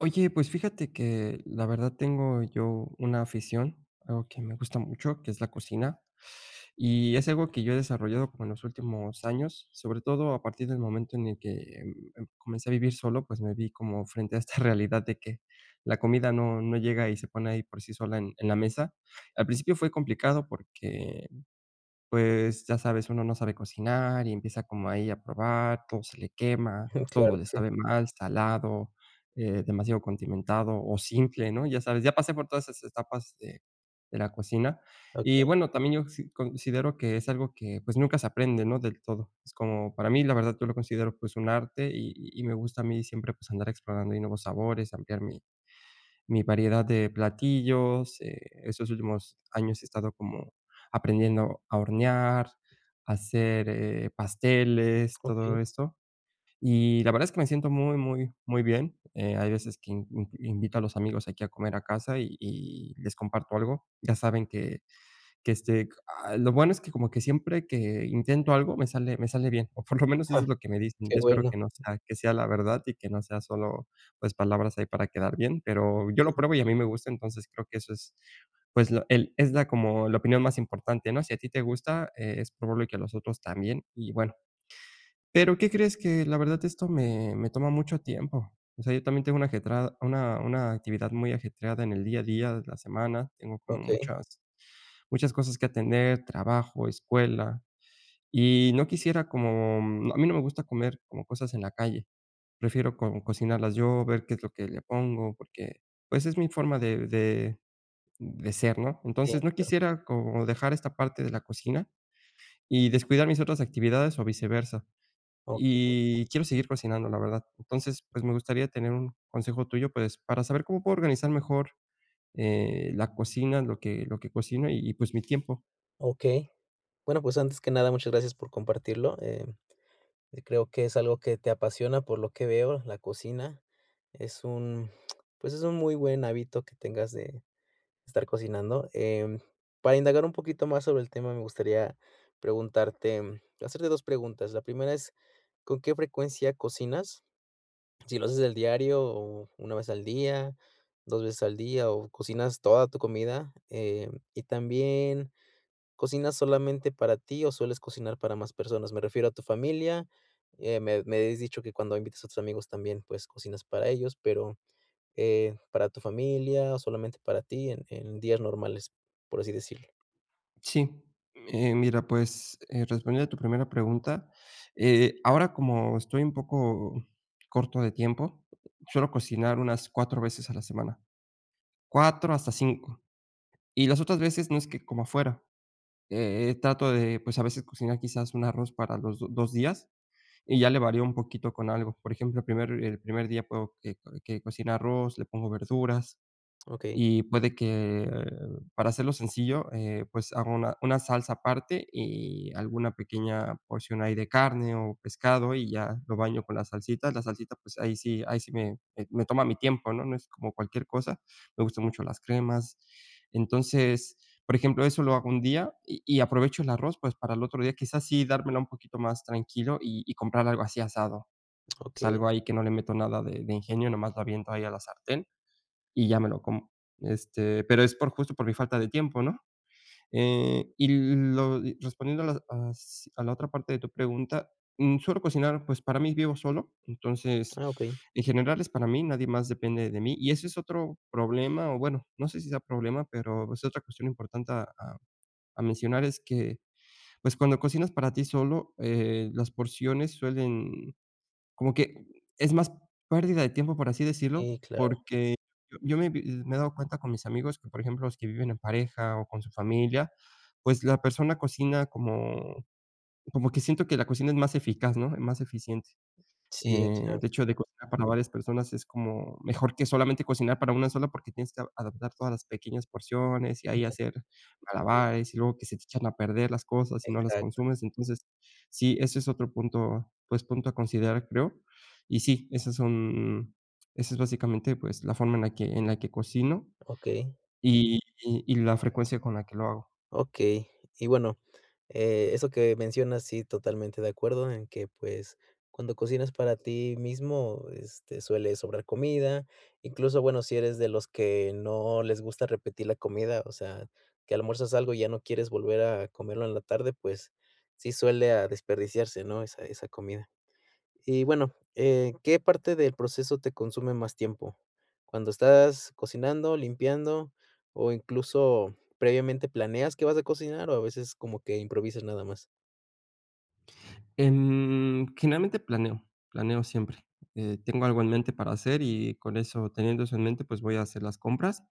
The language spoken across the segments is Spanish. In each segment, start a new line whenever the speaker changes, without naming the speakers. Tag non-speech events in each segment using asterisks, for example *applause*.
Oye, pues fíjate que la verdad tengo yo una afición, algo que me gusta mucho, que es la cocina, y es algo que yo he desarrollado como en los últimos años, sobre todo a partir del momento en el que comencé a vivir solo, pues me vi como frente a esta *laughs* realidad de que la comida no llega y se pone ahí por sí sola en la mesa. Al principio fue complicado porque, pues, ya sabes, uno no sabe cocinar y empieza como ahí a probar, todo se le quema,
*laughs*
todo
Claro,
le
sí.
sabe mal, salado, demasiado condimentado o simple, ¿no? Ya sabes, ya pasé por todas esas etapas de la cocina. Y
Okey,
bueno, también yo sí considero que es algo que, pues, nunca se aprende, ¿no?, del todo. Es como para mí, la verdad, yo lo considero, pues, un arte y me gusta a mí siempre, pues, andar explorando ahí nuevos sabores, ampliar mi variedad de platillos. Estos últimos años he estado como aprendiendo a hornear, a hacer, pasteles, todo
okey.
esto. Y la verdad es que me siento muy, muy, muy bien. Hay veces que in in invito a los amigos aquí a comer a casa y les comparto algo. Ya saben que lo bueno es que como que siempre que intento algo me sale bien, o por lo menos eso
Ah,
es lo que me dicen.
qué
Yo espero
bueno.
que no sea que sea la verdad y que no sea solo, pues, palabras ahí para quedar bien, pero yo lo pruebo y a mí me gusta, entonces creo que eso es, pues, lo el es la como la opinión más importante, ¿no? Si a ti te gusta, es probable que a los otros también y bueno, pero, ¿qué crees? Que la verdad esto me toma mucho tiempo. O sea, yo también tengo una ajetrada una actividad muy ajetreada en el día a día de la semana. Tengo como
Okey,
muchas cosas que atender, trabajo, escuela, y no quisiera como, a mí no me gusta comer como cosas en la calle. Prefiero como cocinarlas yo, ver qué es lo que le pongo, porque, pues, es mi forma de ser, ¿no?
sí.
Entonces, no quisiera como dejar esta parte de la cocina y descuidar mis otras actividades o viceversa.
Okey,
Y quiero seguir cocinando, la verdad. Entonces, pues, me gustaría tener un consejo tuyo, pues, para saber cómo puedo organizar mejor, la cocina, lo que cocino y, pues, mi tiempo.
okey. Bueno, pues, antes que nada, muchas gracias por compartirlo, y creo que es algo que te apasiona, por lo que veo, la cocina. Es un, pues, es un muy buen hábito que tengas de estar cocinando. Para indagar un poquito más sobre el tema, me gustaría preguntarte, hacerte 2 preguntas. La primera es, ¿con qué frecuencia cocinas? Si lo haces del diario o una vez al día, 2 veces al día o cocinas toda tu comida, y también, ¿cocinas solamente para ti o sueles cocinar para más personas? Me refiero a tu familia, me habías dicho que cuando invitas a tus amigos también, pues, cocinas para ellos, pero, ¿para tu familia o solamente para ti en días normales, por así decirlo?
Sí, mira, pues, respondiendo a tu primera pregunta, ahora como estoy un poco corto de tiempo, suelo cocinar unas 4 veces a la semana, 4 hasta cinco. Y las otras veces no es que como afuera, trato de, pues, a veces cocinar quizás un arroz para los do 2 días, y ya le varío un poquito con algo. Por ejemplo, el primer día puedo que cocine arroz, le pongo verduras,
Okey,
y puede que, para hacerlo sencillo, pues hago una salsa aparte y alguna pequeña porción ahí de carne o pescado y ya lo baño con la salsita. La salsita, pues ahí sí me toma mi tiempo, ¿no? No es como cualquier cosa. Me gustan mucho las cremas. Entonces, por ejemplo, eso lo hago un día y aprovecho el arroz, pues, para el otro día, quizás sí dármela un poquito más tranquilo y comprar algo así asado. O
okey.
algo ahí que no le meto nada de ingenio, nomás lo aviento ahí a la sartén y ya me lo como. Pero es por, justo por mi falta de tiempo, ¿no? Eh, y y respondiendo a la a s a la otra parte de tu pregunta, suelo cocinar, pues, para mí, vivo solo, entonces,
Ah, okey.
en general es para mí, nadie más depende de mí, y ese es otro problema, o bueno, no sé si sea problema, pero es otra cuestión importante a mencionar. Es que, pues, cuando cocinas para ti solo, las porciones suelen como que es más pérdida de tiempo, por así decirlo,
Sí, claro.
porque yo me he dado cuenta con mis amigos que, por ejemplo, los que viven en pareja o con su familia, pues la persona cocina como que siento que la cocina es más eficaz, ¿no? Más eficiente.
Sí, claro.
El hecho de cocinar para varias personas es como mejor que solamente cocinar para una sola, porque tienes que adaptar todas las pequeñas porciones y ahí hacer
*laughs*
malabares, y luego que se te echan a perder las cosas y no las
Exacto.
consumes. Entonces, sí, ese es otro punto, pues, punto a considerar, creo. Y sí, esa es básicamente, pues, la forma en la que cocino
Okey,
y la frecuencia con la que lo hago.
okey. Y bueno, eh, eso que mencionas, sí, totalmente de acuerdo en que, pues, cuando cocinas para ti mismo, este, suele sobrar comida. Incluso, bueno, si eres de los que no les gusta repetir la comida, o sea, que almuerzas algo y ya no quieres volver a comerlo en la tarde, pues sí suele a desperdiciarse, ¿no? Esa comida. Y bueno, ¿qué parte del proceso te consume más tiempo? ¿Cuando estás cocinando, limpiando o incluso previamente planeas que vas a cocinar o a veces como que improvisas nada más?
Generalmente planeo siempre. Tengo algo en mente para hacer y con eso, teniendo eso en mente, pues voy a hacer las compras.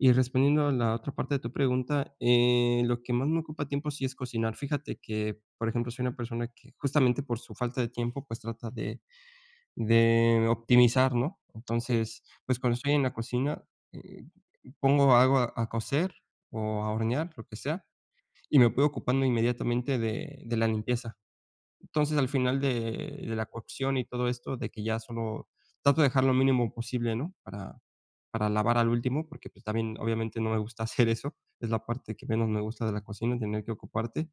Y respondiendo a la otra parte de tu pregunta, lo que más me ocupa tiempo sí es cocinar. Fíjate que, por ejemplo, soy una persona que justamente por su falta de tiempo, pues trata de optimizar, ¿no? Entonces, pues cuando estoy en la cocina, eh, pongo algo a cocer o a hornear, lo que sea, y me puedo ocupando inmediatamente de la limpieza. Entonces, al final de la cocción y todo esto, de que ya solo trato de dejar lo mínimo posible, ¿no? Para lavar al último, porque, pues, también, obviamente, no me gusta *laughs* hacer eso. Es la parte que menos me gusta de la cocina, tener que ocuparte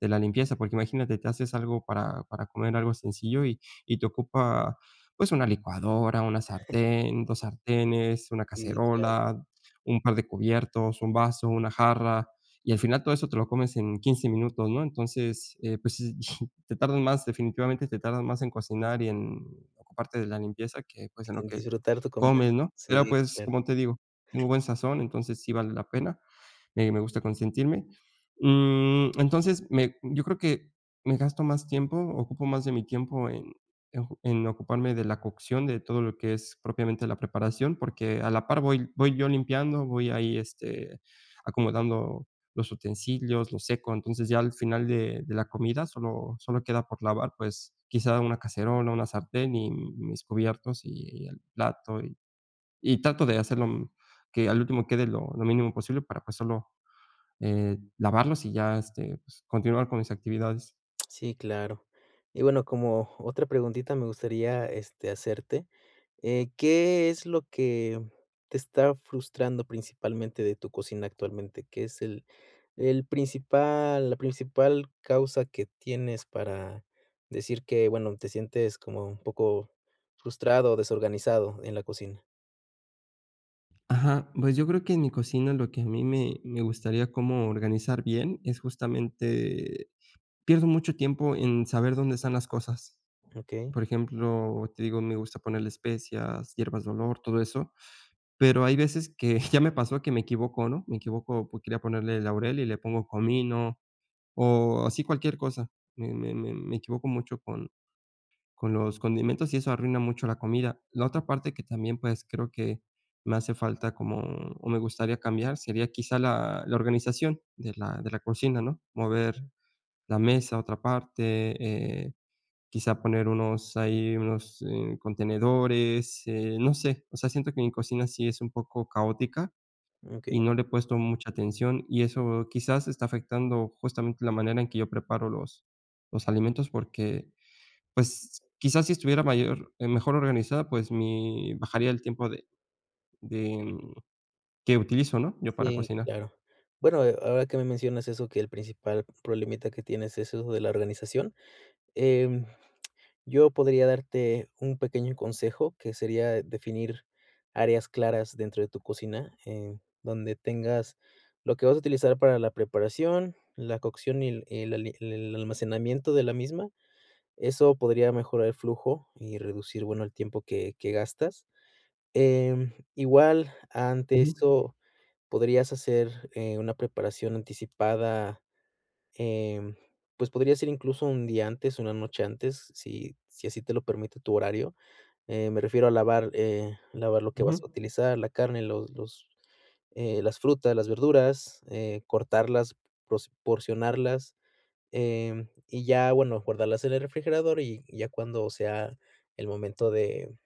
de la limpieza, porque imagínate, te haces algo para comer, algo sencillo y te ocupa, pues, una licuadora, una sartén, 2 sartenes, una
Y claro,
cacerola, un par de cubiertos, un vaso, una jarra, y al final todo eso te lo comes en 15 minutos, ¿no? Entonces, pues, *laughs* te tardan más, definitivamente te tardan más en cocinar y en ocuparte de la limpieza que, pues, en lo
en
que
disfrutar tu comida.
comes, ¿no? Pero,
Sí,
pues,
claro.
como te digo, tengo buen sazón, entonces sí vale la pena. Me gusta consentirme. Entonces, yo creo que me gasto más tiempo, ocupo más de mi tiempo en ocuparme de la cocción, de todo lo que es propiamente la preparación, porque a la par voy, yo limpiando, voy ahí, acomodando los utensilios, los seco, entonces ya al final de la comida solo queda por lavar, pues quizá una cacerola, una sartén y mis cubiertos y el plato, y trato de hacerlo que al último quede lo mínimo posible para pues solo, lavarlos y ya, pues, continuar con mis actividades.
Sí, claro. Y bueno, como otra preguntita me gustaría, este, hacerte. ¿Qué es lo que te está frustrando principalmente de tu cocina actualmente? ¿Qué es el principal, la principal causa que tienes para decir que, bueno, te sientes como un poco frustrado o desorganizado en la cocina?
Ajá, pues, yo creo que en mi cocina lo que a mí me gustaría como organizar bien es justamente pierdo mucho tiempo en saber dónde están las cosas.
Okey,
Por ejemplo, te digo, me gusta ponerle especias, hierbas de olor, todo eso, pero hay veces que *laughs* ya me pasó que me equivoco, ¿no? Me equivoco, pues, quería ponerle laurel y le pongo comino, o así cualquier cosa. Me equivoco mucho con los condimentos y eso arruina mucho la comida. La otra parte que también, pues, creo que me hace falta como o me gustaría cambiar sería quizá la organización de la cocina, ¿no? Mover la mesa a otra parte, eh, quizá poner unos, contenedores, no sé. O sea, siento que mi cocina sí es un poco caótica y
okey.
no le he puesto mucha atención, y eso quizás está afectando justamente la manera en que yo preparo los alimentos, porque, pues, quizás si estuviera mayor mejor organizada, pues, mi bajaría el tiempo de que utilizo, ¿no?, yo para
Sí,
cocinar.
claro. Bueno, ahora que me mencionas eso, que el principal problemita que tienes es eso de la organización, em, yo podría darte un pequeño consejo, que sería definir áreas claras dentro de tu cocina, donde tengas lo que vas a utilizar para la preparación, la cocción y el ali, el almacenamiento de la misma. Eso podría mejorar el flujo y reducir, bueno, el tiempo que gastas. Em, igual, ante
Ujú.
esto podrías hacer, una preparación anticipada. Em, pues, podría ser incluso un día antes, una noche antes, si así te lo permite tu horario. Me refiero a lavar, lavar lo que vas a
Ujú.
utilizar, la carne, los las frutas, las verduras, cortarlas, pros, porcionarlas, em, y ya, bueno, guardarlas en el refrigerador, y ya cuando sea el momento de,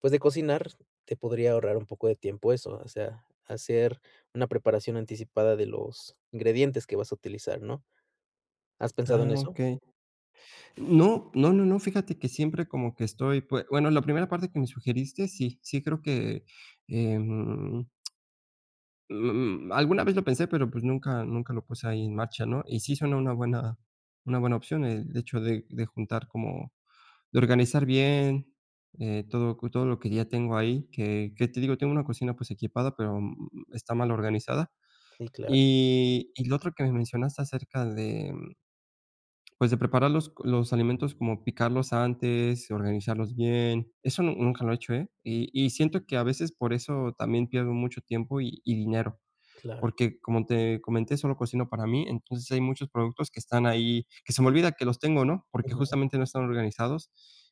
pues, de cocinar, te podría ahorrar un poco de tiempo eso, o sea, hacer una preparación anticipada de los ingredientes que vas a utilizar, ¿no? ¿Has pensado en
Ah,
eso?
okey. No, no, no, no, fíjate que siempre como que estoy, pue bueno, la primera parte que me sugeriste, sí, sí creo que. em Alguna vez lo pensé, pero, pues, nunca lo puse ahí en marcha, ¿no? Y sí suena una buena opción el hecho de juntar como de organizar bien, todo, todo lo que ya tengo ahí, que te digo, tengo una cocina, pues, equipada, pero, está mal organizada.
Sí, claro,
Y lo otro que me mencionaste acerca de, pues, de preparar los alimentos, como picarlos antes, organizarlos bien, eso, nu nunca lo he hecho, ¿eh? Y siento que a veces por eso también pierdo mucho tiempo y dinero
claro.
porque, como te comenté, solo cocino para mí, entonces hay muchos productos que están ahí, que se me olvida que los tengo, ¿no? Porque
Ujú.
justamente no están organizados.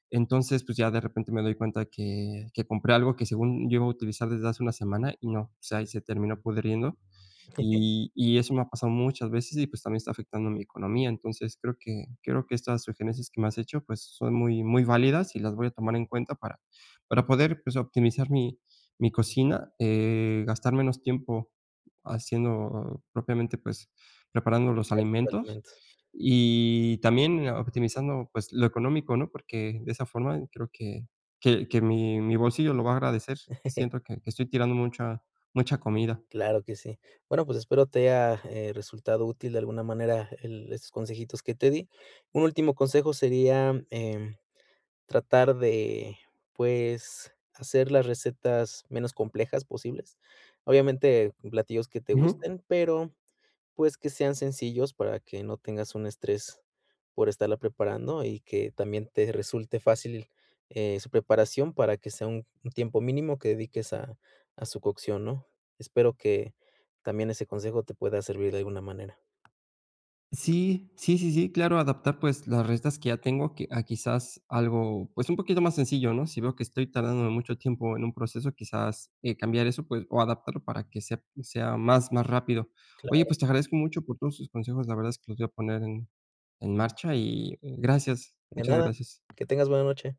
Entonces, pues ya de repente me doy cuenta que compré algo que, según yo, iba a utilizar desde hace una semana y no, o sea, y se terminó pudriendo.
*laughs*
Y eso me ha pasado muchas veces y, pues, también está afectando mi economía. Entonces, creo que estas sugerencias que me has hecho, pues, son muy muy válidas y las voy a tomar en cuenta para poder, pues, optimizar mi cocina, gastar menos tiempo haciendo propiamente, pues, preparando los
Los
alimentos
alimentos.
y también optimizando, pues, lo económico, ¿no? Porque de esa forma creo que mi bolsillo lo va a agradecer. Siento
*laughs*
que estoy tirando mucha comida.
Claro que sí. Bueno, pues espero te haya, resultado útil de alguna manera el estos consejitos que te di. Un último consejo sería, em, tratar de, pues, hacer las recetas menos complejas posibles. Obviamente, platillos que te
Ujú.
gusten, pero pues, que sean sencillos para que no tengas un estrés por estarla preparando y que también te resulte fácil, su preparación para que sea un tiempo mínimo que dediques a su cocción, ¿no? Espero que también ese consejo te pueda servir de alguna manera.
Sí, sí, sí, sí, claro, adaptar, pues, las restas que ya tengo, que a quizás algo, pues, un poquito más sencillo, ¿no? Si veo que estoy tardando mucho tiempo en un proceso, quizás, cambiar eso, pues, o adaptarlo para que sea más rápido. Oye,
Claro.
pues, te agradezco mucho por todos tus consejos, la verdad es que los voy a poner en marcha y, gracias,
De
muchas
nada,
gracias.
que tengas buena noche.